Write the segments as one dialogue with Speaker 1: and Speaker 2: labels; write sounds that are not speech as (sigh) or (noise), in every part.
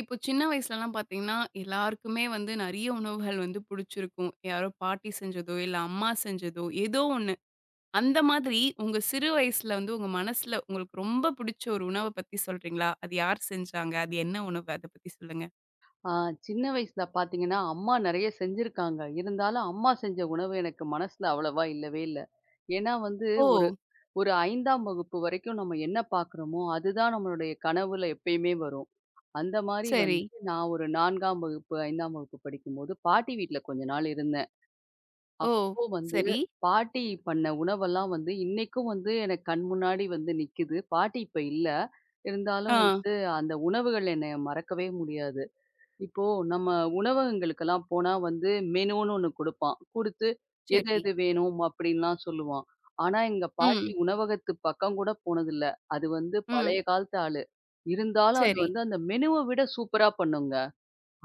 Speaker 1: இப்போ சின்ன வயசுலலாம் பார்த்தீங்கன்னா, எல்லாருக்குமே நெறைய உணவுகள் புடிச்சிருக்கும். யாரோ பாட்டி செஞ்சதோ, இல்ல அம்மா செஞ்சதோ ஏதோ ஒண்ணு. அந்த மாதிரி உங்க சிறு வயசுல உங்க மனசுல உங்களுக்கு ரொம்ப புடிச்ச ஒரு உணவ பத்தி சொல்றீங்களா? அது யார் செஞ்சாங்க? அது என்ன உணவு? அத பத்தி சொல்லுங்க.
Speaker 2: ஆ சின்ன வயசுல பார்த்தீங்கன்னா, அம்மா நெறைய செஞ்சிருக்காங்க. இருந்தாலும் அம்மா செஞ்ச உணவு எனக்கு மனசுல அவ்வளவா இல்லவே இல்ல. ஏன்னா வந்து
Speaker 1: ஓ!
Speaker 2: ஒரு ஒரு 5ஆம் வகுப்பு வரைக்கும் நம்ம என்ன பார்க்குறோமோ, அதுதான் நம்மளுடைய கனவுல எப்பயுமே வரும். அந்த மாரி
Speaker 1: சரி.
Speaker 2: வந்து நான் ஒரு 4ஆம் வகுப்பு, 5ஆம் வகுப்பு படிக்கும்போது பாட்டி வீட்ல கொஞ்ச நாள் இருந்தேன்.
Speaker 1: ஓ!
Speaker 2: அப்போ வந்து
Speaker 1: சரி.
Speaker 2: பாட்டி பண்ண உணவெல்லாம் வந்து இன்னைக்கும் வந்து எனக்கு கண் முன்னாடி வந்து நிக்குது. பாட்டி இப்ப இல்ல. இருந்தாலும்
Speaker 1: ஆ.
Speaker 2: வந்து அந்த உணவுகள் என்னைய மறக்கவே முடியாது. இப்போ நம்ம உணவகங்களுக்கெல்லாம் போனா வந்து மெனுன்னு ஒண்ணு குடுப்பான். குடுத்து எது
Speaker 1: சரி.
Speaker 2: எது வேணும் அப்படின்லாம் சொல்லுவான். ஆனா எங்க பாட்டி
Speaker 1: ம்.
Speaker 2: உணவகத்து பக்கம் கூட போனதில்ல. அது வந்து
Speaker 1: ம்.
Speaker 2: பழைய காலத்து ஆளு. இருந்தாலும் அது
Speaker 1: சரி.
Speaker 2: வந்து அந்த மெனுவ விட சூப்பரா பண்ணுங்க.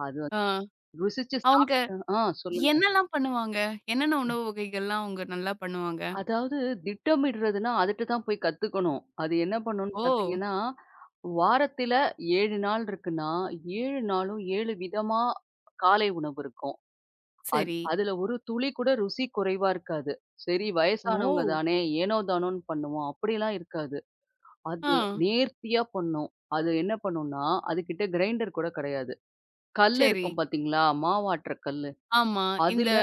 Speaker 2: அது வந்து
Speaker 1: ஆ.
Speaker 2: ருசிச்சு
Speaker 1: அவுங்க
Speaker 2: சாப்ட்டு சொல்லுங்க.
Speaker 1: என்னலாம் பண்ணுவாங்க? என்னென்ன உணவு வகைகள்லாம் அவங்க நல்லா பண்ணுவாங்க?
Speaker 2: அதாவது திட்டமிடுறதுன்னா அதுட்ட தான் போய் கத்துக்கணும். அது என்ன பண்ணும்னு
Speaker 1: ஓ!
Speaker 2: பார்த்தீங்கன்னா, வாரத்தில 7 நாள் இருக்குன்னா, 7 நாளும் 7 விதமா காலை உணவு இருக்கும்.
Speaker 1: சரி.
Speaker 2: அதுல ஒரு துளி கூட ருசி குறைவா இருக்காது. சரி வயசானவங்க
Speaker 1: ஓ!
Speaker 2: தானே, ஏனோ தானோன்னு பண்ணுவோம். அப்படிலாம் இருக்காது.
Speaker 1: ஆ.
Speaker 2: அது நேர்த்தியா பண்ணும். அது என்ன பண்ணும்னா, அதுகிட்ட கிரைண்டர் கூட கிடையாது. கல்
Speaker 1: சரி.
Speaker 2: இருக்கும் பார்த்தீங்களா? மாவாட்டுற கல்லு.
Speaker 1: ஆமா. இந்த
Speaker 2: அதுல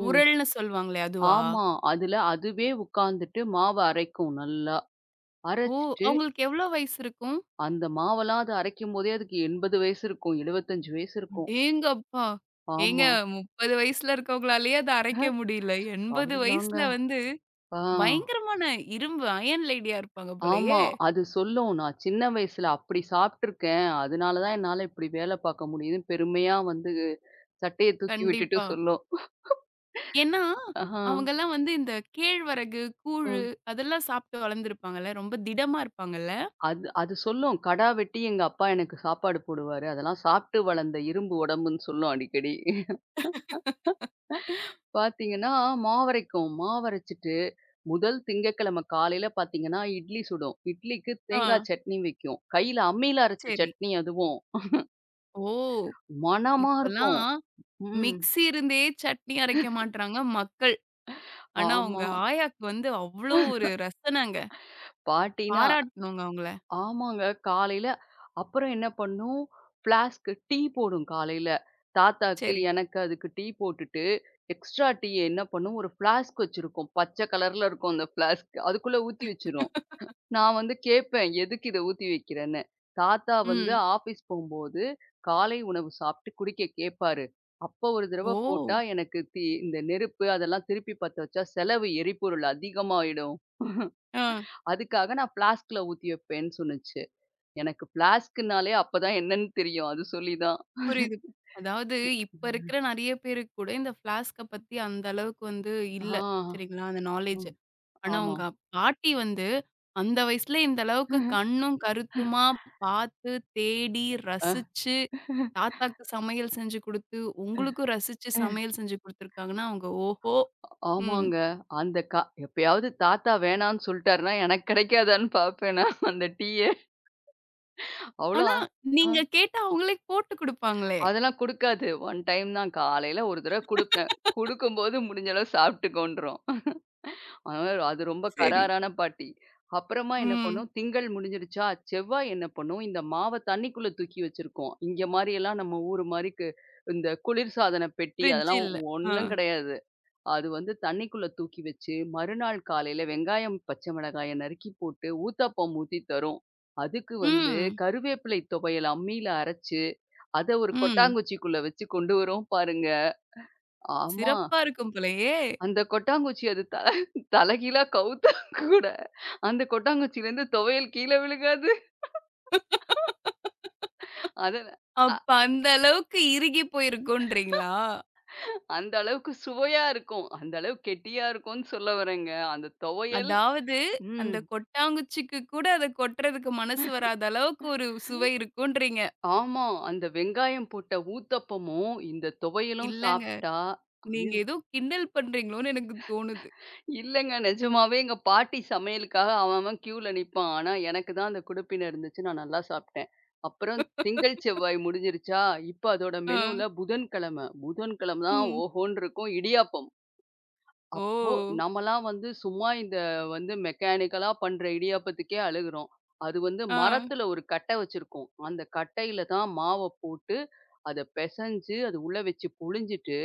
Speaker 2: ம்.
Speaker 1: உரல்ன்னு சொல்லுவாங்களே அதுவா?
Speaker 2: ஆமா. அதுல அதுவே உட்காந்துட்டு மாவ அரைக்கும் நல்லா.
Speaker 1: ஓ!
Speaker 2: அரைச்சுட்டு,
Speaker 1: அவங்களுக்கு எவ்ளோ வயசு இருக்கும்?
Speaker 2: அந்த மாவெல்லாம் அது அரைக்கும்போதே அதுக்கு 80 வயசு இருக்கும். 75 வயசு
Speaker 1: ம்.
Speaker 2: இருக்கும்.
Speaker 1: ஏங்கப்பா! ஏங்க
Speaker 2: ஆமா.
Speaker 1: 30 வயசுல இருக்கவங்களாலயே அத அரைக்க
Speaker 2: அஹ்,
Speaker 1: முடியல. 80 வயசுல
Speaker 2: அதுதாங்க. ஆ.
Speaker 1: பயங்கரமான இரும்பு அயன் லேடியா இருப்பாங்க
Speaker 2: ஆமா.
Speaker 1: போலயே!
Speaker 2: அது சொல்லும். நான் சின்ன வயசுல அப்படி சாப்ட்டுருக்கேன். அதனால தான் என்னால இப்படி வேல பாக்க முடியுதுன்னு பெருமையா வந்து சட்டைய தூக்கி விட்டுட்டு
Speaker 1: கண்டிப்பா.
Speaker 2: சொல்லும்.
Speaker 1: ஏன்னா,
Speaker 2: ஆஹா.
Speaker 1: அவங்கலாம் இந்த கேழ்வரகு, கூழு
Speaker 2: ம்.
Speaker 1: அதெல்லாம் சாப்பிட்டு வளர்ந்துருப்பாங்கல்ல. ரொம்ப திடமா இருப்பாங்கல்ல.
Speaker 2: அது அது சொல்லும். கடா வெட்டி எங்க அப்பா எனக்கு சாப்பாடு போடுவாரு. அதெல்லாம் சாப்ட்டு வளர்ந்த இரும்பு உடம்புன்னு சொல்லும் அடிக்கடி. பாத்தீங்கன்னா, மாவரைக்கும். மாவரைச்சுட்டு முதல் திங்கட்கிழமை காலையில பாத்தீங்கன்னா, இட்லி சுடும். இட்லிக்கு
Speaker 1: ஆ
Speaker 2: தேங்கா சட்னி வைக்கும். கையில அம்மியில அரைச்ச
Speaker 1: சரி.
Speaker 2: சட்னி அதுவும்.
Speaker 1: ஓ!
Speaker 2: மணமா இருக்கும்.
Speaker 1: இப்பலாம்
Speaker 2: ம்.
Speaker 1: மிக்ஸி இருந்தே சட்னி அரைக்க மாட்றாங்க மக்கள். ஆனா, உங்க
Speaker 2: ஆமா.
Speaker 1: ஆயாக்கு அவ்ளோ ஒரு ரசனங்க.
Speaker 2: பாட்டின்னா
Speaker 1: பாராட்டணுங்க அவங்கள.
Speaker 2: ஆமாங்க. காலையில அப்புறம் என்ன பண்ணும், ஃப்ளாஸ்க் டீ போடும் காலையில. தாத்தாக்கு,
Speaker 1: சரி.
Speaker 2: எனக்கு அதுக்கு டீ போட்டுட்டு, எக்ஸ்ட்ரா டீ என்ன பண்ணும், ஒரு ஃப்ளாஸ்க் வச்சிருக்கும். பச்சை கலர்ல இருக்கும் அந்த ஃப்ளாஸ்க். அதுக்குள்ள ஊத்தி வச்சிரும். நான் வந்து கேட்பேன், "எதுக்கு இத ஊத்தி வைக்கிறேன்னு?" தாத்தா வந்து
Speaker 1: ம்.
Speaker 2: ஆஃபீஸ் போம்போது, காலை உணவு சாப்பிட்டு குடிக்க கேட்பாரு. அப்போ ஒரு தடவ போட்டா,
Speaker 1: ஓ!
Speaker 2: எனக்கு இந்த நெருப்பு அதெல்லாம் திருப்பி பத்த வச்சா செலவு எரிபொருள் அதிகமாயிடும்.
Speaker 1: ஆ
Speaker 2: அதுக்காக நான் ஃப்ளாஸ்க்ல ஊத்தி வைப்பேன்னு சொன்னுச்சு. எனக்கு ஃப்ளாஸ்க்னாலே அப்பதான் என்னன்னு தெரியும். அது சொல்லி தான்.
Speaker 1: புரியுது. அதாவது இப்ப இருக்கிற நெறைய பேருக்கு கூட இந்த ஃப்ளாஸ்க்க பத்தி அந்த அளவுக்கு
Speaker 2: ஆ.
Speaker 1: இல்ல. சரிங்களா? அந்த நாலேட்ஜ்.
Speaker 2: ம்.
Speaker 1: ஆனா,
Speaker 2: ஆமா.
Speaker 1: உங்க பாட்டி அந்த வயசுல இந்த அளவுக்கு கண்ணும், கருத்துமா பார்த்து, தேடி,
Speaker 2: அ.
Speaker 1: ரசிச்சு, தாத்தாக்கு சமையல் செஞ்சு குடுத்து, உங்களுக்கும் ரசிச்சு சமையல் செஞ்சு குடுத்துருக்காங்கன்னா, அவங்க ஓஹோ! ம்.
Speaker 2: ஆமாங்க. அந்த க எப்பயாவது தாத்தா வேணான்னு சொல்ட்டாருன்னா, எனக்கு கிடைக்காதான்னு பார்ப்பேன் நான் அந்த டீய. அவ்ளோ
Speaker 1: ஆனா,
Speaker 2: ஆ
Speaker 1: நீங்க கேட்டா அவங்களே போட்டு குடுப்பாங்களே!
Speaker 2: அதெல்லாம் குடுக்காது. ஒன் டைம் தான் காலையில ஒரு தடவ குடுப்பேன். குடுக்கும்போது முடிஞ்ச அளவு சாப்பிட்டுக்கோன்றும். ஆ அது ரொம்ப
Speaker 1: சரி.
Speaker 2: கறாரான பாட்டி. அப்புறமா என்ன
Speaker 1: ம்.
Speaker 2: பண்ணும், திங்கள் முடிஞ்சிருச்சா, செவ்வாய் என்ன பண்ணும், இந்த மாவ தண்ணிக்குள்ள தூக்கி வச்சிருக்கும். இங்க மாரியெல்லாம் நம்ம ஊரு மாரிக்கு இந்த குளிர்சாதன பெட்டி
Speaker 1: ஃப்ரிட்ஜ்
Speaker 2: அதெல்லாம்
Speaker 1: இல்ல. ஆ.
Speaker 2: ஒண்ணும் கிடையாது. அது வந்து தண்ணிக்குள்ள தூக்கி வச்சு, மறுநாள் காலையில வெங்காயம், பச்சை மிளகாய நறுக்கி போட்டு ஊத்தாப்பம் ஊத்தி தரும். அதுக்கு வந்து
Speaker 1: ம்.
Speaker 2: கருவேப்பிலை துவையல் அம்மியில அரைச்சு, அத ஒரு
Speaker 1: ம்.
Speaker 2: கொட்டாங்குச்சிக்குள்ள வச்சு கொண்டு வரும் பாருங்க. ஆமா.
Speaker 1: சிறப்பா இருக்கும் போலயே!
Speaker 2: அந்த கொட்டாங்குச்சி அது த தலைகீழா கவுத்தா கூட அந்த கொட்டாங்குச்சியிலேருந்து துவையல் கீழ விழுகாது. அது அ
Speaker 1: அப்ப அந்த அளவுக்கு இறுகி போயிருக்குன்றீங்களா?
Speaker 2: அந்த அளவுக்கு சுவையா இருக்கும். அந்த அளவு கெட்டியா இருக்கும்னு சொல்ல வரேங்க. அந்த துவையல்
Speaker 1: அதாவது, அந்த
Speaker 2: ம்.
Speaker 1: கொட்டாங்குச்சிக்கு கூட அத கொட்டுறதுக்கு மனசு வராத அளவுக்கு ஒரு சுவை இருக்குன்றீங்க.
Speaker 2: ஆமா. அந்த வெங்காயம் போட்ட ஊத்தப்பமும், இந்த துவையலும்
Speaker 1: இல்லங்க.
Speaker 2: சாப்ட்டா
Speaker 1: நீங்க
Speaker 2: ஐயோ!
Speaker 1: ஏதோ கிண்டல் பண்றீங்களோன்னு எனக்கு தோணுது.
Speaker 2: இல்லங்க நிஜமாவே எங்க பாட்டி சமையலுக்காக அவன் அவன் கியூல நிப்பான். ஆனா எனக்கு தான் அந்த குடுப்பினை இருந்துச்சு. நான் நல்லா சாப்ட்டேன். அப்புறம் திங்கள், செவ்வாய் முடிஞ்சிருச்சா, இப்ப அதோட
Speaker 1: ஆ.
Speaker 2: மெனுல புதன்கிழமை. புதன்கிழமை தான்
Speaker 1: ம்.
Speaker 2: ஓஹோன்னு இருக்கும் இடியாப்பம். ஓ!
Speaker 1: ஓ!
Speaker 2: நம்மலாம் வந்து சும்மா இந்த வந்து மெக்கானிக்கலா பண்ற இடியாப்பத்துக்கே அழுகுறோம். அது வந்து
Speaker 1: ஆ.
Speaker 2: மரத்துல ஒரு கட்டை வச்சிருக்கோம். அந்த கட்டையில தான் மாவ போட்டு, அத பெசஞ்சு அது உள்ள வச்சு புழிஞ்சிட்டு,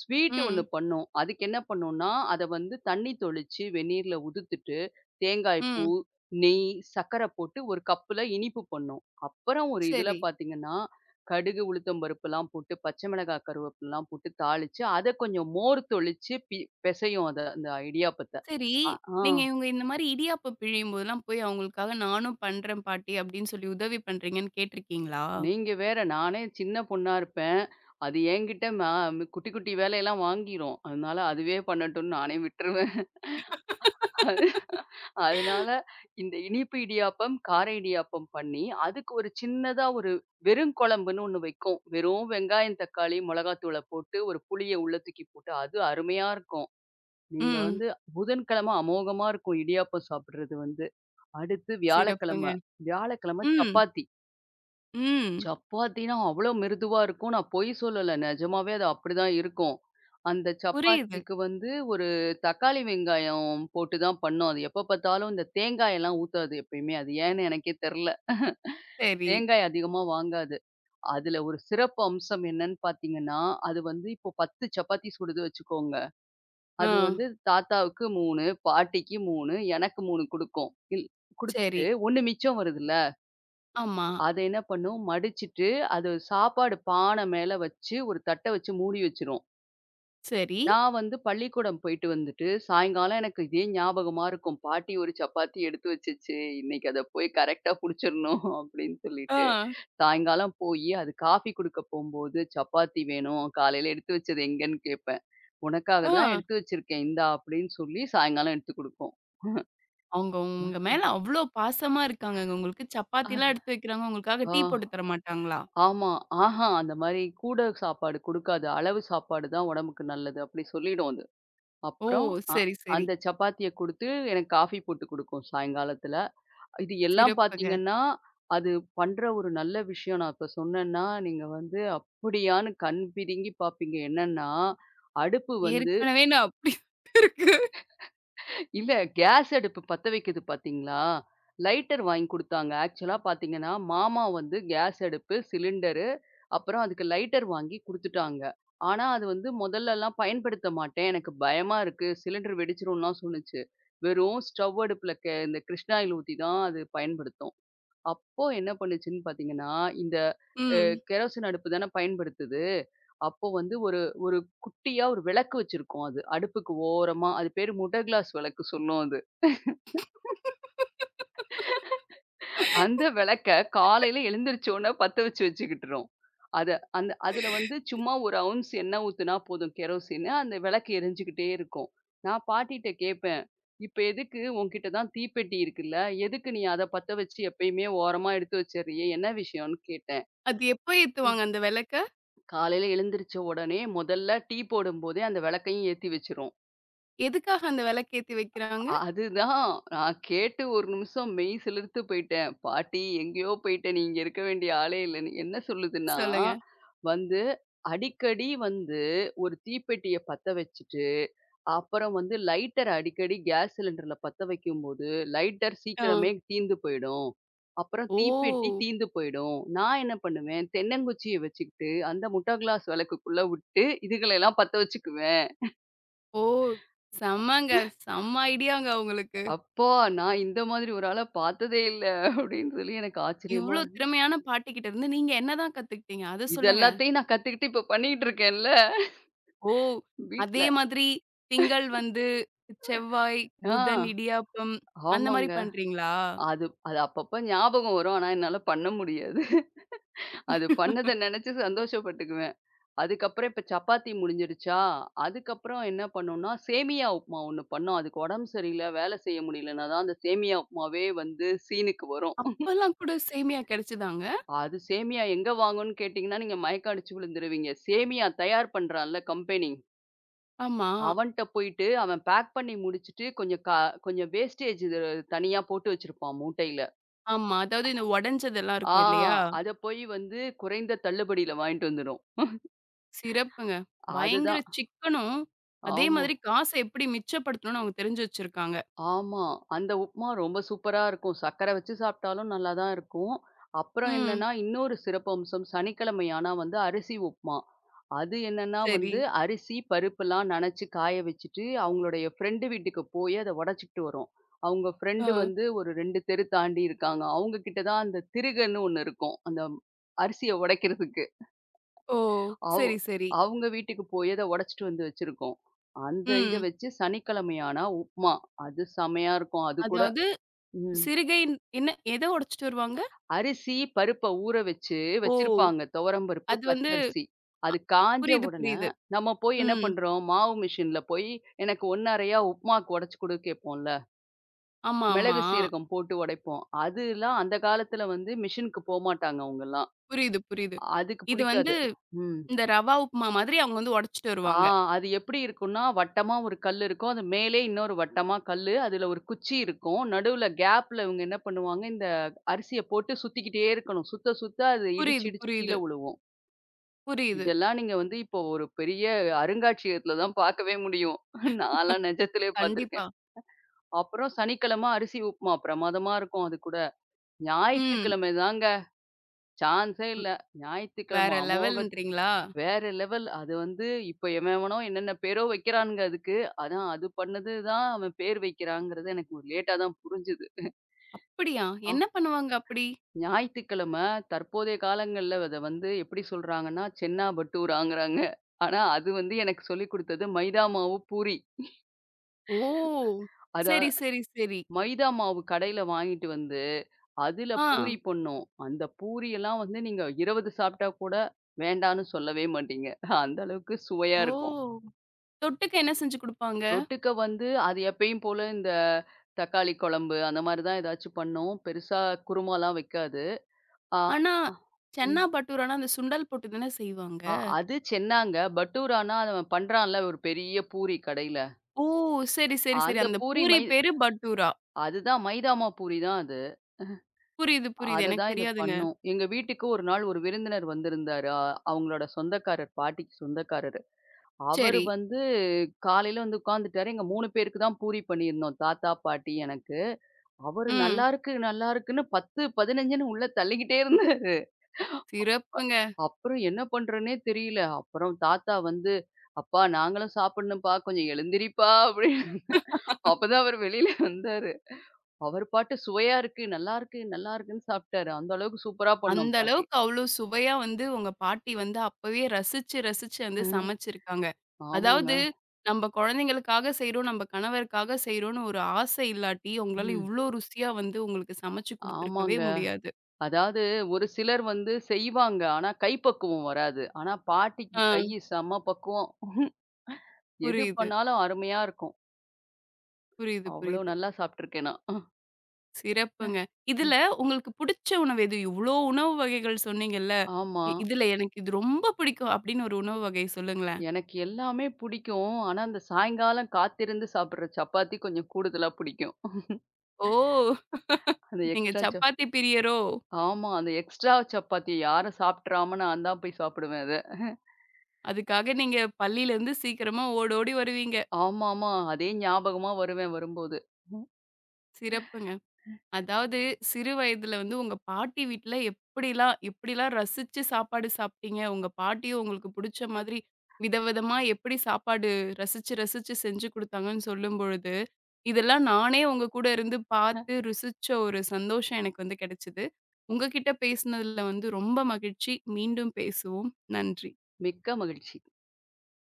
Speaker 2: ஸ்வீட் ஒண்ணு
Speaker 1: ம்.
Speaker 2: பண்ணோம். அதுக்கு என்ன பண்ணோம்னா, அத வந்து தண்ணி தொளிச்சு வெந்நீர்ல உதுத்துட்டு, தேங்காய் பூ,
Speaker 1: ம்.
Speaker 2: நெய், சர்க்கரை போட்டு ஒரு கப்புல இனிப்பு பண்ணோம். அப்புறம் ஒரு இதுல
Speaker 1: சரி.
Speaker 2: பார்த்தீங்கன்னா, கடுகு, உளுத்தம் பருப்புலாம் போட்டு, பச்சை மிளகாய், கருவேப்பிலலாம் போட்டு தாளிச்சு, அத கொஞ்சம் மோர் தொளிச்சு பெசையும் அத அந்த இடியாப்பத்த.
Speaker 1: சரி.
Speaker 2: அ ஆ
Speaker 1: நீங்க இவங்க இந்த மாரி இடியாப்பம் பிழியும்போதெல்லாம் போய் அவங்களுக்காக நானும் பண்றேன் பாட்டி அப்படின்னு சொல்லி உதவி பண்றீங்கன்னு கேட்டிருக்கீங்களா?
Speaker 2: நீங்க வேற நானே சின்ன பொண்ணா இருப்பேன். அது என்கிட்ட ம குட்டி குட்டி வேலையெல்லாம் வாங்கிரும். அதனால அதுவே பண்ணட்டும்னு நானே விட்டுருவேன். (laughs) அதனால இந்த இனிப்பு இடியாப்பம், கார இடியாப்பம் பண்ணி, அதுக்கு ஒரு சின்னதா ஒரு வெறும் குழம்புன்னு ஒண்ணு வைக்கும். வெறும் வெங்காயம், தக்காளி, மொளகாத்தூள போட்டு ஒரு புளிய உள்ள தூக்கி போட்டு அது அருமையா இருக்கும். நீங்க
Speaker 1: ம்.
Speaker 2: வந்து புதன்கிழமை அமோகமா இருக்கும் இடியாப்பம் சாப்பிடுறது வந்து. அடுத்து
Speaker 1: சிறப்புங்க.
Speaker 2: வியாழக்கிழமை, வியாழக்கிழமை
Speaker 1: ம்.
Speaker 2: சப்பாத்தி.
Speaker 1: ம்.
Speaker 2: சப்பாத்தினா அவ்ளோ மிருதுவா இருக்கும். நான் பொய் சொல்லல. நிஜமாவே அது அப்படிதான் இருக்கும். அந்த
Speaker 1: புரியுது.
Speaker 2: சப்பாத்திக்கு வந்து ஒரு தக்காளி வெங்காயம் போட்டு தான் பண்ணோம். அது எப்ப பார்த்தாலும் இந்த தேங்காயெல்லாம் ஊத்தாது எப்பயுமே. அது ஏன்னு எனக்கே தெர்ல.
Speaker 1: சரி.
Speaker 2: தேங்காய் அதிகமா வாங்காது. அதுல ஒரு சிறப்பு அம்சம் என்னன்னு பார்த்தீங்கன்னா, அது வந்து இப்போ 10 சப்பாத்தி சுடுது வச்சுக்கோங்க.
Speaker 1: ஆ.
Speaker 2: அது வந்து தாத்தாவுக்கு 3, பாட்டிக்கு 3, எனக்கு 3 குடுக்கும். இல் குடுத்துட்டு
Speaker 1: சரி.
Speaker 2: 1 மிச்சம் வருதுல்ல,
Speaker 1: ஆமா.
Speaker 2: அத என்ன பண்ணும் மடிச்சிட்டு, அது சாப்பாடு பானை மேல வச்சு ஒரு தட்ட வச்சு மூடி வச்சுரும்.
Speaker 1: சரி.
Speaker 2: நான் வந்து பள்ளிக்கூடம் போயிட்டு வந்துட்டு, சாயங்காலம் எனக்கு இதே ஞாபகமா இருக்கும். பாட்டி ஒரு சப்பாத்தி எடுத்து வச்சுச்சு. இன்னைக்கு அத போய் கரெக்ட்டா புடிச்சிரணும் (laughs) அப்படின்னு
Speaker 1: ஆ.
Speaker 2: சொல்லிட்டு, சாயங்காலம் போயி அது காஃபி குடுக்க போம்போது, "சப்பாத்தி வேணும். காலையில எடுத்து வச்சது எங்கன்னு?" கேட்பேன். "உனக்காக
Speaker 1: ஆ.
Speaker 2: தான் எடுத்து வச்சிருக்கேன். இந்தா" அப்படின்னு சொல்லி சாயங்காலம் எடுத்து குடுக்கும்.
Speaker 1: அவங்க உங்க
Speaker 2: (laughs)
Speaker 1: மேல அவ்ளோ பாசமா இருக்காங்கங்க. உங்களுக்கு
Speaker 2: ஆ,
Speaker 1: சப்பாத்திலாம் எடுத்து வைக்கிறாங்க. உங்களுக்காக
Speaker 2: ஆ,
Speaker 1: டீ போட்டு தர மாட்டாங்களா?
Speaker 2: ஆமா. ஆஹா அந்த மாரி கூட சாப்பாடு குடுக்காது. அளவு சாப்பாடு தான் உடம்புக்கு நல்லது. அப்படி சொல்லிடும் அது.
Speaker 1: ஓ!
Speaker 2: அப்புறம் அ
Speaker 1: சரி, சரி.
Speaker 2: அந்த சப்பாத்திய குடுத்து எனக்கு காஃபி போட்டு குடுக்கும் சாயங்காலத்துல. இது எல்லாம்
Speaker 1: சிறப்புங்க.
Speaker 2: பார்த்தீங்கன்னா, அது பண்ற ஒரு நல்ல விஷயம் நான் இப்ப சொன்னேன்னா, நீங்க வந்து அப்படியான்னு கண் பிதுங்கி பார்ப்பீங்க. என்னன்னா, அடுப்பு வந்து
Speaker 1: ஏற்கனவே நான் அப்படி இருக்கு.
Speaker 2: இல்ல கேஸ் அடுப்பு பத்த வைக்குது பாத்தீங்களா? லைட்டர் வாங்கி குடுத்தாங்க. ஆக்சுவலா பாத்தீங்கன்னா, மாமா வந்து கேஸ் அடுப்பு, சிலிண்டரு, அப்புறம் அதுக்கு லைட்டர் வாங்கி குடுத்துட்டாங்க. ஆனா, அது வந்து முதல்லலாம் பயன்படுத்த மாட்டேன். எனக்கு பயமா இருக்கு. சிலிண்டர் வெடிச்சிரும்லாம் சொன்னுச்சு. வெறும் ஸ்டவ் அடுப்புல இந்த கிருஷ்ணாயில் ஊத்தி தான் அது பயன்படுத்தும். அப்போ என்ன பண்ணுச்சுன்னு பார்த்தீங்கன்னா, இந்த அ
Speaker 1: ம்.
Speaker 2: கெரோசின் அடுப்பு தானே பயன்படுத்துது. அப்போ வந்து ஒரு ஒரு குட்டியா ஒரு விளக்கு வச்சிருக்கும் அது. அடுப்புக்கு ஓரமா அது பேரு முட கிளாஸ் விளக்கு சொல்லும் அது. அந்த விளக்க காலையில எழுந்திரிச்ச உடனே பத்த வச்சு வச்சுக்கிட்டுரும். அத அந்த அதில வந்து சும்மா 1 அவுன்ஸ் எண்ணெய் ஊத்துனா போதும் கெரோசின். அந்த விளக்கு எரிஞ்சுகிட்டே இருக்கும். நான் பாட்டிட்ட கேட்பேன், "இப்ப எதுக்கு உன்கிட்ட தான் தீப்பெட்டி இருக்குல்ல, எதுக்கு நீ அத பத்த வச்சு எப்பயுமே ஓரமா எடுத்து வச்சர்றியே? என்ன விஷயம்ன்னு?" கேட்டேன்.
Speaker 1: அது எப்ப ஏத்துவாங்க அந்த விளக்க?
Speaker 2: காலையில எழுந்திரிச்ச உடனே முதல்ல டீ போடும்போதே அந்த விளக்கையும் ஏத்தி வச்சுரும்.
Speaker 1: எதுக்காக அந்த விளக்கு ஏத்தி வைக்கிறாங்க?
Speaker 2: அதுதான். நான் கேட்டு ஒரு நிமிஷம் மெய் சிலிர்த்து போயிட்டேன். பாட்டி எங்கேயோ போயிட்டேன். நீ இங்க இருக்க வேண்டிய ஆளே இல்லன்னு. என்ன சொல்லுதுன்னா,
Speaker 1: சொல்லுங்க.
Speaker 2: வந்து அடிக்கடி வந்து ஒரு தீப்பெட்டிய பத்த வச்சுட்டு, அப்புறம் வந்து லைட்டர அடிக்கடி கேஸ் சிலிண்டர்ல பத்த வைக்கும்போது, லைட்டர்
Speaker 1: ஆ.
Speaker 2: சீக்கிரமே தீந்து போயிடும். அப்புறம்
Speaker 1: ஓ!
Speaker 2: தீப்பெட்டி தீந்து போயிடும். நான் என்ன பண்ணுவேன், தென்னங்குச்சிய வச்சுக்கிட்டு, அந்த முட்டை கிளாஸ் விளக்குக்குள்ள விட்டு, இதுகளெல்லாம் பத்த வச்சுக்குவேன்.
Speaker 1: ஓ! செம்மங்க. செம்ம ஐடியாங்க உங்களுக்கு.
Speaker 2: அப்பா! நான் இந்த மாதிரி ஒரு ஆள பார்த்ததே இல்ல அப்டின்னு சொல்லி எனக்கு ஆச்சரியமா
Speaker 1: இவ்ளோ
Speaker 2: இருந்தது.
Speaker 1: திறமையான பாட்டிகிட்ட இருந்து நீங்க என்னதான் கத்துக்கிட்டீங்க? அத
Speaker 2: இது
Speaker 1: சொல்லுங்க.
Speaker 2: எல்லாத்தையும் நான் கத்துக்கிட்டு இப்ப பண்ணிட்டு இருக்கேன்ல
Speaker 1: ஓ! அதே
Speaker 2: வீட்ல.
Speaker 1: மாதிரி திங்கள் செவ்வாய், புதன்
Speaker 2: ஆ
Speaker 1: இடியாப்பம் அந்த மாரி
Speaker 2: ஆமாங்க.
Speaker 1: பண்றீங்களா?
Speaker 2: அது அது அப்பப்ப ஞாபகம் வரும். ஆனா என்னால பண்ண முடியாது. அது பண்ணத நெனச்சு சந்தோஷப்பட்டுக்குவேன். அதுக்கப்புறம் இப்ப சப்பாத்தி முடிஞ்சிருச்சா, அதுக்கப்புறம் என்ன பண்ணோம்னா, சேமியா உப்புமா ஒண்ணு பண்ணோம். அதுக்கு உடம்பு சரியில்ல, வேல செய்ய முடியலன்னா தான் அந்த சேமியா உப்புமாவே வந்து சீனுக்கு வரும்.
Speaker 1: அப்பலாம் கூட சேமியா கிடைச்சதாங்க?
Speaker 2: அது சேமியா எங்க வாங்கும்ன்னு கேட்டீங்கன்னா, நீங்க மயக்கம் அடிச்சு விழுந்துருவீங்க. சேமியா தயார் பண்றான்ல கம்பெனி,
Speaker 1: ஆமா,
Speaker 2: அவன்ட்ட போயிட்டு அவன் பேக் பண்ணி முடிச்சுட்டு கொஞ்சம் வேஸ்டேஜ் இது தனியா போட்டு வச்சிருப்பான் மூட்டையில.
Speaker 1: ஆமா. அதாவது இந்த உடைஞ்சதெல்லாம்
Speaker 2: ஆ
Speaker 1: இருக்கும் இல்லையா?
Speaker 2: அத போய் வந்து குறைந்த தள்ளுபடியில வாங்கிட்டு வந்துரும்.
Speaker 1: சிறப்புங்க. பயங்கர
Speaker 2: அதுதான்.
Speaker 1: சிக்கனும், அதே
Speaker 2: ஆமா.
Speaker 1: மாதிரி காச எப்படி மிச்சப்படுத்தணும்னு அவங்க தெரிஞ்சு வச்சிருக்காங்க.
Speaker 2: ஆமா. அந்த உப்மா ரொம்ப சூப்பரா இருக்கும். சர்க்கரை வச்சு சாப்பிட்டாலும் நல்லா தான் இருக்கும். அப்புறம்
Speaker 1: ம்.
Speaker 2: என்னன்னா, இன்னொரு சிறப்பம்சம் சனிக்கிழமை ஆனா வந்து அரிசி உப்மா. அது என்னன்னா
Speaker 1: சரி.
Speaker 2: வந்து அரிசி, பருப்புலாம் நனைச்சு காய வச்சுட்டு, அவங்களுடைய ஃப்ரெண்டு வீட்டுக்கு போய் அத உடைச்சுக்கிட்டு வரோம். அவங்க
Speaker 1: ஆ.
Speaker 2: ஃப்ரெண்டு வந்து ஒரு 2 தெரு தாண்டி இருக்காங்க. அவங்க கிட்ட தான் அந்த திருகன்னு ஒண்ணு இருக்கும். அந்த அரிசிய உடைக்கிறதுக்கு.
Speaker 1: ஓ!
Speaker 2: அவ்
Speaker 1: சரி, சரி.
Speaker 2: அவங்க வீட்டுக்கு போய் அத உடைச்சுட்டு வந்து வச்சிருக்கோம். அந்த இத
Speaker 1: ம்.
Speaker 2: வச்சு சனிக்கிழமை ஆனா உப்மா. அது செமையா இருக்கும். அது கூட
Speaker 1: அதாவது
Speaker 2: ம்.
Speaker 1: சிறுகை என்ன எத உடைச்சுட்டு வருவாங்க?
Speaker 2: அரிசி, பருப்ப ஊற வச்சு
Speaker 1: ஓ!
Speaker 2: வச்சிருப்பாங்க. துவரம்பருப்பு,
Speaker 1: அது வந்து
Speaker 2: பச்சரிசி. அது காஞ்ச
Speaker 1: புரியுது,
Speaker 2: உடனே,
Speaker 1: புரியுது.
Speaker 2: நம்ம போய் என்ன
Speaker 1: ம்.
Speaker 2: பண்றோம், மாவு மிஷின்ல போய் எனக்கு 1/2 உப்புமாவுக்கு உடைச்சு குடு கேட்போம்ல.
Speaker 1: ஆமா, ஆமா.
Speaker 2: மிளகு, சீரகம் போட்டு உடைப்போம். அதுலாம் அந்த காலத்துல வந்து மிஷினுக்கு போமாட்டாங்க அவங்கலாம்.
Speaker 1: புரியுது, புரியுது.
Speaker 2: அதுக்கு
Speaker 1: இது வந்து
Speaker 2: பிடிக்காது. ம்.
Speaker 1: இந்த ரவா உப்புமா மாதிரி அவங்க உடைச்சுட்டு
Speaker 2: ஆ
Speaker 1: வருவாங்க.
Speaker 2: அது எப்படி இருக்கும்னா, வட்டமா ஒரு கல் இருக்கும். அது மேலே இன்னொரு வட்டமா கல்லு. அதுல ஒரு குச்சி இருக்கும். நடுவுல கேப்ல இவங்க என்ன பண்ணுவாங்க, இந்த அரிசிய போட்டு சுத்திக்கிட்டே இருக்கணும். சுத்த, சுத்த அது இடிச்சு,
Speaker 1: புரியுது,
Speaker 2: இடிச்சு கீழ
Speaker 1: புரியுது,
Speaker 2: விழுவும்.
Speaker 1: புரியுது.
Speaker 2: இதெல்லாம் நீங்க வந்து இப்போ ஒரு பெரிய அருங்காட்சியகத்துல தான் பார்க்கவே முடியும். (laughs) நான்லாம் நெஜத்திலே பார்த்துருக்கேன்.
Speaker 1: கண்டிப்பா.
Speaker 2: அப்புறம் சனிக்கிழமை அரிசி உப்புமா பிரமாதமா இருக்கும் அது கூட.
Speaker 1: ம்.
Speaker 2: ஞாயிற்றுக்கிழமை தாங்க சான்ஸே இல்ல.
Speaker 1: வேற
Speaker 2: ஞாயிற்றுக்கிழமை அமோக
Speaker 1: லெவல்ன்றீங்களா?
Speaker 2: வேற லெவல். அது வந்து இப்ப எவன் எவனோ என்னென்ன பேரோ வைக்கிறானுங்க அதுக்கு. ஆனா அது பண்ணது தான் அவன் பேர் வைக்கிறாங்கிறது எனக்கு ஒரு லேட்டா தான் புரிஞ்சுது.
Speaker 1: அப்படியா?
Speaker 2: ஆ
Speaker 1: என்ன பண்ணுவாங்க அப்படி?
Speaker 2: ஞாயித்துக்கிழமை தற்போதைய காலங்கள்ல அத வந்து எப்படி சொல்றாங்கன்னா, சென்னா பட்டூராங்கிறாங்க. ஆனா அது வந்து எனக்கு சொல்லிக் குடுத்தது மைதா மாவு பூரி.
Speaker 1: ஓ!
Speaker 2: அதா
Speaker 1: சரி, சரி, சரி.
Speaker 2: மைதா மாவு கடையில வாங்கிட்டு வந்து, அதுல பூரி
Speaker 1: ஆ.
Speaker 2: பண்ணோம். அந்த பூரியெல்லாம் வந்து நீங்க 20 சாப்பிட்டா கூட வேண்டான்னு சொல்லவே மாட்டீங்க. அந்த அளவுக்கு சுவையா இருக்கும்.
Speaker 1: ஓ! தொட்டுக்க என்ன செஞ்சு குடுப்பாங்க?
Speaker 2: தொட்டுக்க வந்து அது எப்பயும் போல இந்த தக்காளி குழம்பு அந்த மாதிரி தான் ஏதாச்சும் பண்ணும். பெருசா குருமாலாம் வைக்காது. ஆ
Speaker 1: ஆனா,
Speaker 2: அ
Speaker 1: சென்னா
Speaker 2: ம்.
Speaker 1: பட்டூரான்னா அந்த சுண்டல் போட்டு தானே செய்வாங்க.
Speaker 2: அது சென்னாங்க. பட்டூரான்னா அவன் பண்றான்ல ஒரு பெரிய பூரி கடையில.
Speaker 1: ஓ! சரி, சரி, சரி.
Speaker 2: அந்த
Speaker 1: அந்த
Speaker 2: பூரி
Speaker 1: பூரி
Speaker 2: மை
Speaker 1: பேரு பட்டூரா.
Speaker 2: அதுதான் மைதா மாவு பூரி தான் அது.
Speaker 1: புரியுது, புரியுது.
Speaker 2: அத
Speaker 1: எனக்கு
Speaker 2: தான் இது
Speaker 1: தெரியாதுங்க.
Speaker 2: பண்ணும். எங்க வீட்டுக்கு ஒரு நாள் ஒரு விருந்தினர் வந்திருந்தாரு. அவங்களோட சொந்தக்காரர், பாட்டிக்கு சொந்தக்காரரு. அவரு
Speaker 1: சரி.
Speaker 2: வந்து காலையில வந்து உட்கார்ந்துட்டாரு. எங்க 3 பேருக்கு தான் பூரி பண்ணியிருந்தோம். தாத்தா, பாட்டி எனக்கு. அவரு
Speaker 1: ம்.
Speaker 2: நல்லா இருக்கு, நல்லா இருக்குன்னு 10, 15ன்னு உள்ள தள்ளிக்கிட்டே இருந்தாரு.
Speaker 1: சிறப்புங்க.
Speaker 2: அப்புறம் என்ன பண்றதுன்னே தெரியல. அப்புறம் தாத்தா வந்து, "அப்பா நாங்களும் சாப்பிடணும்ப்பா, கொஞ்சம் எழுந்திரிப்பா" அப்படின்னு. அப்பதான் அவரு வெளியில வந்தாரு. அவர் பாட்டு சுவையா இருக்கு, நல்லா இருக்கு, நல்லா இருக்குன்னு சாப்பிட்டாரு. அந்த அளவுக்கு சூப்பரா பண்ணோம்
Speaker 1: அந்த
Speaker 2: பாட்டி.
Speaker 1: அளவுக்கு அவ்ளோ சுவையா உங்க பாட்டி அப்பவே ரசிச்சு, ரசிச்சு
Speaker 2: அ
Speaker 1: சமைச்சிருக்காங்க.
Speaker 2: ஆமாங்க.
Speaker 1: அதாவது நம்ம குழந்தைங்களுக்காக செய்றோம், நம்ம கணவருக்காக செய்றோம்ன்னு ஒரு ஆசை இல்லாட்டி, உங்களால
Speaker 2: ம்.
Speaker 1: இவ்ளோ ருசியா உங்களுக்கு சமைச்சு குடுத்துருக்கவே
Speaker 2: ஆமாங்க.
Speaker 1: முடியாது.
Speaker 2: அதாவது ஒரு சிலர் வந்து செய்வாங்க. ஆனா கைப்பக்குவம் வராது. ஆனா பாட்டிக்கு
Speaker 1: ஆ.
Speaker 2: செம பக்குவம். எது
Speaker 1: புரியுது,
Speaker 2: பண்ணாலும் அருமையா இருக்கும்.
Speaker 1: புரியுது,
Speaker 2: அவ்வளோ
Speaker 1: புரியுது.
Speaker 2: நல்லா சாப்பிட்டுருக்கேன் நான்.
Speaker 1: சிறப்புங்க. இதுல உங்களுக்கு புடிச்ச உணவு எது? இவ்ளோ உணவு வகைகள் சொன்னீங்கல்ல,
Speaker 2: ஆமா.
Speaker 1: இதுல எனக்கு இது ரொம்ப பிடிக்கும் அப்படின்னு ஒரு உணவு வகை சொல்லுங்களேன்.
Speaker 2: எனக்கு எல்லாமே பிடிக்கும். ஆனா, அந்த சாயங்காலம் காத்திருந்து சாப்பிடுற சப்பாத்தி கொஞ்சம் கூடுதலா பிடிக்கும்.
Speaker 1: ஓ!
Speaker 2: அந்த
Speaker 1: நீங்க
Speaker 2: எக்ஸ்ட்ரா சப்
Speaker 1: சப்பாத்தி பிரியரோ?
Speaker 2: ஆமா. அந்த எக்ஸ்ட்ரா சப்பாத்தி யாரும் சாப்பிட்றாம நான் தான் போய் சாப்பிடுவேன் அத.
Speaker 1: அதுக்காக நீங்க பள்ளியிலருந்து சீக்கிரமா ஓடோடி வருவீங்க.
Speaker 2: ஆமாமா. அதே ஞாபகமா வருவேன் வரும்போது. ம்.
Speaker 1: சிறப்புங்க. அதாவது சிறு வயதுல உங்க பாட்டி வீட்ல எப்படிலாம் எப்படிலாம் ரசிச்சு சாப்பாடு சாப்பிட்டீங்க? உங்க பாட்டியும் உங்களுக்கு புடிச்ச மாதிரி விதவிதமா எப்படி சாப்பாடு ரசிச்சு ரசிச்சு செஞ்சு குடுத்தாங்கன்னு சொல்லும்பொழுது இதெல்லாம் நானே உங்க கூட இருந்து பார்த்து ருசிச்ச ஒரு சந்தோஷம் எனக்கு கிடைச்சது. உங்ககிட்ட பேசினதுல ரொம்ப மகிழ்ச்சி. மீண்டும் பேசுவோம். நன்றி.
Speaker 2: மிக்க மகிழ்ச்சி.